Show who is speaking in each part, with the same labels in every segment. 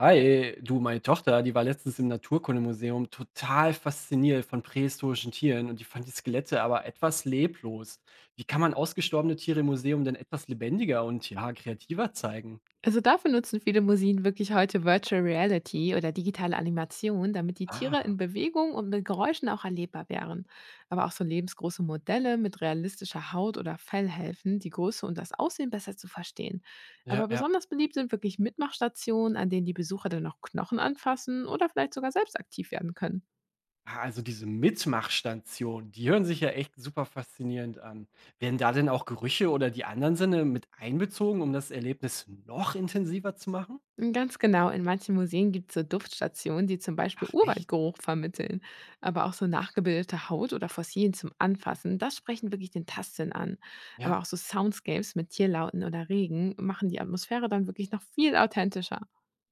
Speaker 1: Hi, du, meine Tochter, die war letztens im Naturkundemuseum total fasziniert von prähistorischen Tieren und die fand die Skelette aber etwas leblos. Wie kann man ausgestorbene Tiere im Museum denn etwas lebendiger und ja, kreativer zeigen?
Speaker 2: Also dafür nutzen viele Museen wirklich heute Virtual Reality oder digitale Animation, damit die Tiere in
Speaker 1: Ah,
Speaker 2: Bewegung und mit Geräuschen auch erlebbar wären. Aber auch so lebensgroße Modelle mit realistischer Haut oder Fell helfen, die Größe und das Aussehen besser zu verstehen. Aber
Speaker 1: ja, ja.
Speaker 2: besonders beliebt sind wirklich Mitmachstationen, an denen die Besucher dann auch Knochen anfassen oder vielleicht sogar selbst aktiv werden können.
Speaker 1: Also diese Mitmachstation, die hören sich ja echt super faszinierend an. Werden da denn auch Gerüche oder die anderen Sinne mit einbezogen, um das Erlebnis noch intensiver zu machen?
Speaker 2: Ganz genau. In manchen Museen gibt es so Duftstationen, die zum Beispiel
Speaker 1: Ach echt?
Speaker 2: Urwaldgeruch vermitteln. Aber auch so nachgebildete Haut oder Fossilien zum Anfassen, das sprechen wirklich den Tastsinn an. Aber
Speaker 1: Ja.
Speaker 2: auch so Soundscapes mit Tierlauten oder Regen machen die Atmosphäre dann wirklich noch viel authentischer.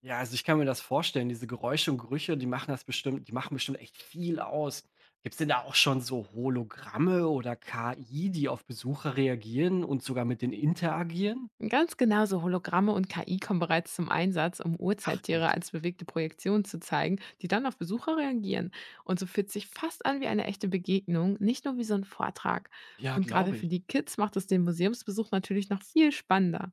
Speaker 1: Ja, also ich kann mir das vorstellen, diese Geräusche und Gerüche, die machen bestimmt echt viel aus. Gibt's denn da auch schon so Hologramme oder KI, die auf Besucher reagieren und sogar mit denen interagieren?
Speaker 2: Ganz genau, so Hologramme und KI kommen bereits zum Einsatz, um
Speaker 1: Ach
Speaker 2: Urzeittiere
Speaker 1: echt?
Speaker 2: als bewegte Projektionen zu zeigen, die dann auf Besucher reagieren. Und so fühlt sich fast an wie eine echte Begegnung, nicht nur wie so ein Vortrag.
Speaker 1: Ja,
Speaker 2: Und gerade
Speaker 1: glaube
Speaker 2: für
Speaker 1: ich.
Speaker 2: die Kids macht es den Museumsbesuch natürlich noch viel spannender.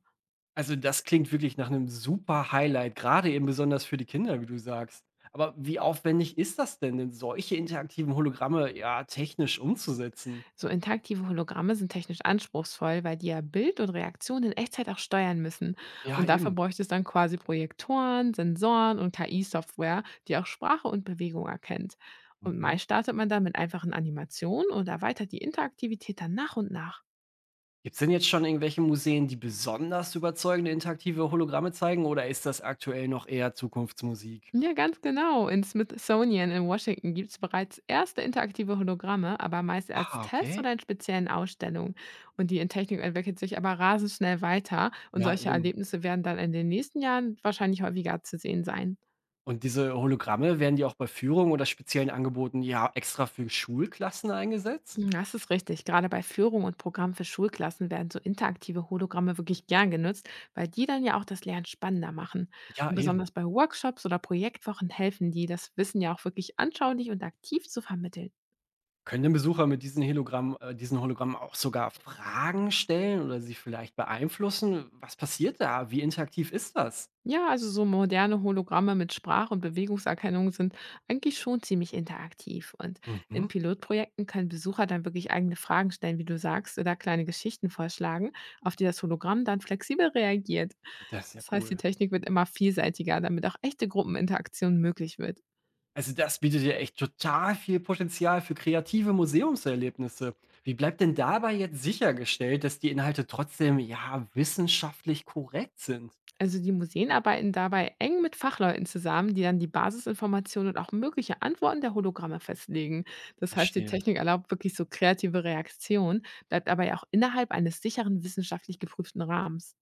Speaker 1: Also das klingt wirklich nach einem super Highlight, gerade eben besonders für die Kinder, wie du sagst. Aber wie aufwendig ist das denn, denn solche interaktiven Hologramme, ja, technisch umzusetzen?
Speaker 2: So interaktive Hologramme sind technisch anspruchsvoll, weil die ja Bild und Reaktion in Echtzeit auch steuern müssen.
Speaker 1: Ja,
Speaker 2: Und dafür
Speaker 1: eben.
Speaker 2: bräuchte es dann quasi Projektoren, Sensoren und KI-Software, die auch Sprache und Bewegung erkennt. Und
Speaker 1: Mhm.
Speaker 2: meist startet man dann mit einfachen Animationen und erweitert die Interaktivität dann nach und nach.
Speaker 1: Gibt es denn jetzt schon irgendwelche Museen, die besonders überzeugende interaktive Hologramme zeigen oder ist das aktuell noch eher Zukunftsmusik?
Speaker 2: Ja, ganz genau. In Smithsonian in Washington gibt es bereits erste interaktive Hologramme, aber meist als
Speaker 1: Ah,
Speaker 2: Tests
Speaker 1: okay.
Speaker 2: oder in speziellen Ausstellungen. Und die in Technik entwickelt sich aber rasend schnell weiter. Und
Speaker 1: Ja,
Speaker 2: solche
Speaker 1: eben.
Speaker 2: Erlebnisse werden dann in den nächsten Jahren wahrscheinlich häufiger zu sehen sein.
Speaker 1: Und diese Hologramme, werden die auch bei Führungen oder speziellen Angeboten ja extra für Schulklassen eingesetzt?
Speaker 2: Das ist richtig. Gerade bei Führung und Programmen für Schulklassen werden so interaktive Hologramme wirklich gern genutzt, weil die dann ja auch das Lernen spannender machen.
Speaker 1: Ja,
Speaker 2: Und
Speaker 1: eben.
Speaker 2: besonders bei Workshops oder Projektwochen helfen die, das Wissen ja auch wirklich anschaulich und aktiv zu vermitteln.
Speaker 1: Können denn Besucher mit diesen diesen Hologrammen auch sogar Fragen stellen oder sie vielleicht beeinflussen? Was passiert da? Wie interaktiv ist das?
Speaker 2: Ja, also so moderne Hologramme mit Sprach- und Bewegungserkennung sind eigentlich schon ziemlich interaktiv. Und in
Speaker 1: Mhm.
Speaker 2: Pilotprojekten können Besucher dann wirklich eigene Fragen stellen, wie du sagst, oder kleine Geschichten vorschlagen, auf die das Hologramm dann flexibel reagiert.
Speaker 1: Das ist ja
Speaker 2: Das heißt, die
Speaker 1: cool.
Speaker 2: Technik wird immer vielseitiger, damit auch echte Gruppeninteraktion möglich wird.
Speaker 1: Also das bietet ja echt total viel Potenzial für kreative Museumserlebnisse. Wie bleibt denn dabei jetzt sichergestellt, dass die Inhalte trotzdem ja wissenschaftlich korrekt sind?
Speaker 2: Also die Museen arbeiten dabei eng mit Fachleuten zusammen, die dann die Basisinformationen und auch mögliche Antworten der Hologramme festlegen. Das heißt, die
Speaker 1: Verstehe.
Speaker 2: Technik erlaubt wirklich so kreative Reaktionen, bleibt aber ja auch innerhalb eines sicheren wissenschaftlich geprüften Rahmens.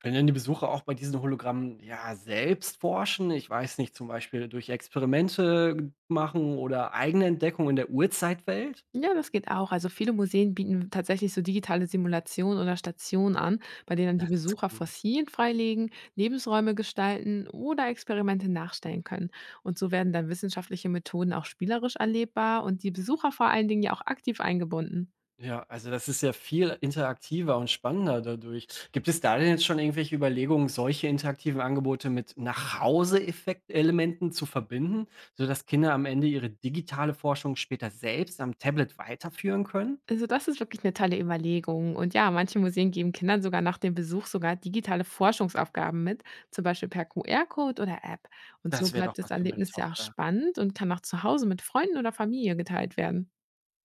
Speaker 1: Können denn die Besucher auch bei diesen Hologrammen ja selbst forschen? Ich weiß nicht, zum Beispiel durch Experimente machen oder eigene Entdeckungen in der Urzeitwelt?
Speaker 2: Ja, das geht auch. Also viele Museen bieten tatsächlich so digitale Simulationen oder Stationen an, bei denen dann die
Speaker 1: Das ist
Speaker 2: Besucher
Speaker 1: cool.
Speaker 2: Fossilien freilegen, Lebensräume gestalten oder Experimente nachstellen können. Und so werden dann wissenschaftliche Methoden auch spielerisch erlebbar und die Besucher vor allen Dingen ja auch aktiv eingebunden.
Speaker 1: Ja, also das ist ja viel interaktiver und spannender dadurch. Gibt es da denn jetzt schon irgendwelche Überlegungen, solche interaktiven Angebote mit nach effekt elementen zu verbinden, sodass Kinder am Ende ihre digitale Forschung später selbst am Tablet weiterführen können?
Speaker 2: Also, das ist wirklich eine tolle Überlegung. Und ja, manche Museen geben Kindern sogar nach dem Besuch sogar digitale Forschungsaufgaben mit, zum Beispiel per QR-Code oder App. Und so
Speaker 1: Das wäre doch
Speaker 2: bleibt das
Speaker 1: was für meine
Speaker 2: Erlebnis ja auch
Speaker 1: Tochter.
Speaker 2: spannend und kann auch zu Hause mit Freunden oder Familie geteilt werden.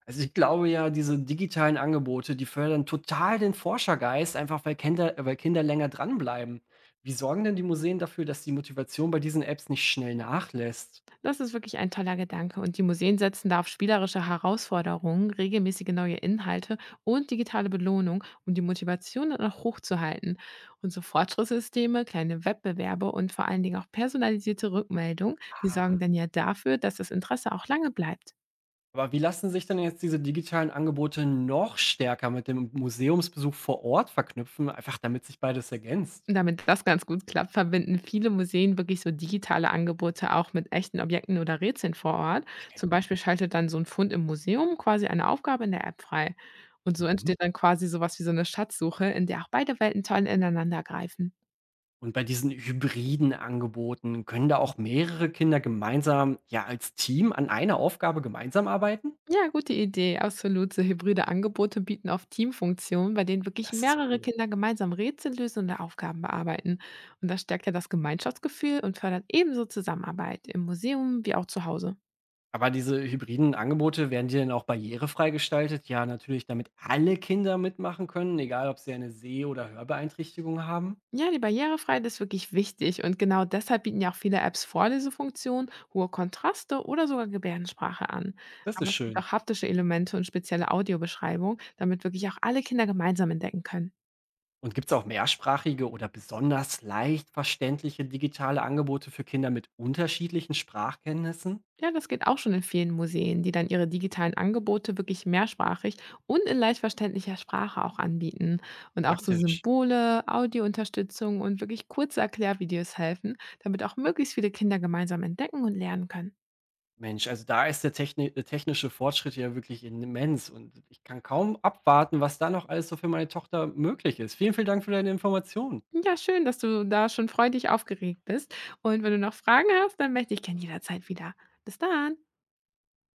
Speaker 1: Also ich glaube ja, diese digitalen Angebote, die fördern total den Forschergeist, einfach weil Kinder länger dranbleiben. Wie sorgen denn die Museen dafür, dass die Motivation bei diesen Apps nicht schnell nachlässt?
Speaker 2: Das ist wirklich ein toller Gedanke und die Museen setzen da auf spielerische Herausforderungen, regelmäßige neue Inhalte und digitale Belohnung, um die Motivation dann auch hochzuhalten. Und so Fortschrittssysteme, kleine Wettbewerbe und vor allen Dingen auch personalisierte Rückmeldungen, die sorgen
Speaker 1: Ah.
Speaker 2: dann ja dafür, dass das Interesse auch lange bleibt.
Speaker 1: Aber wie lassen sich denn jetzt diese digitalen Angebote noch stärker mit dem Museumsbesuch vor Ort verknüpfen, einfach damit sich beides ergänzt?
Speaker 2: Damit das ganz gut klappt, verbinden viele Museen wirklich so digitale Angebote auch mit echten Objekten oder Rätseln vor Ort. Zum
Speaker 1: Okay.
Speaker 2: Beispiel schaltet dann so ein Fund im Museum quasi eine Aufgabe in der App frei. Und so
Speaker 1: Mhm.
Speaker 2: entsteht dann quasi sowas wie so eine Schatzsuche, in der auch beide Welten toll ineinander greifen.
Speaker 1: Und bei diesen hybriden Angeboten können da auch mehrere Kinder gemeinsam, ja, als Team an einer Aufgabe gemeinsam arbeiten?
Speaker 2: Ja, gute Idee. Absolut. So hybride Angebote bieten oft Teamfunktionen, bei denen wirklich
Speaker 1: Das ist
Speaker 2: mehrere
Speaker 1: cool.
Speaker 2: Kinder gemeinsam Rätsel lösen und Aufgaben bearbeiten. Und das stärkt ja das Gemeinschaftsgefühl und fördert ebenso Zusammenarbeit im Museum wie auch zu Hause.
Speaker 1: Aber diese hybriden Angebote werden die denn auch barrierefrei gestaltet? Ja, natürlich, damit alle Kinder mitmachen können, egal ob sie eine Seh- oder Hörbeeinträchtigung haben.
Speaker 2: Ja, die Barrierefreiheit ist wirklich wichtig und genau deshalb bieten ja auch viele Apps Vorlesefunktionen, hohe Kontraste oder sogar Gebärdensprache an.
Speaker 1: Das
Speaker 2: Aber
Speaker 1: ist
Speaker 2: es gibt
Speaker 1: schön.
Speaker 2: auch haptische Elemente und spezielle Audiobeschreibungen, damit wirklich auch alle Kinder gemeinsam entdecken können.
Speaker 1: Und gibt es auch mehrsprachige oder besonders leicht verständliche digitale Angebote für Kinder mit unterschiedlichen Sprachkenntnissen?
Speaker 2: Ja, das geht auch schon in vielen Museen, die dann ihre digitalen Angebote wirklich mehrsprachig und in leicht verständlicher Sprache auch anbieten. Und auch so
Speaker 1: Praktisch.
Speaker 2: Symbole, Audiounterstützung und wirklich kurze Erklärvideos helfen, damit auch möglichst viele Kinder gemeinsam entdecken und lernen können.
Speaker 1: Mensch, also da ist der technische Fortschritt ja wirklich immens und ich kann kaum abwarten, was da noch alles so für meine Tochter möglich ist. Vielen, vielen Dank für deine Informationen.
Speaker 2: Ja, schön, dass du da schon freudig aufgeregt bist. Und wenn du noch Fragen hast, dann melde dich gerne jederzeit wieder. Bis dann.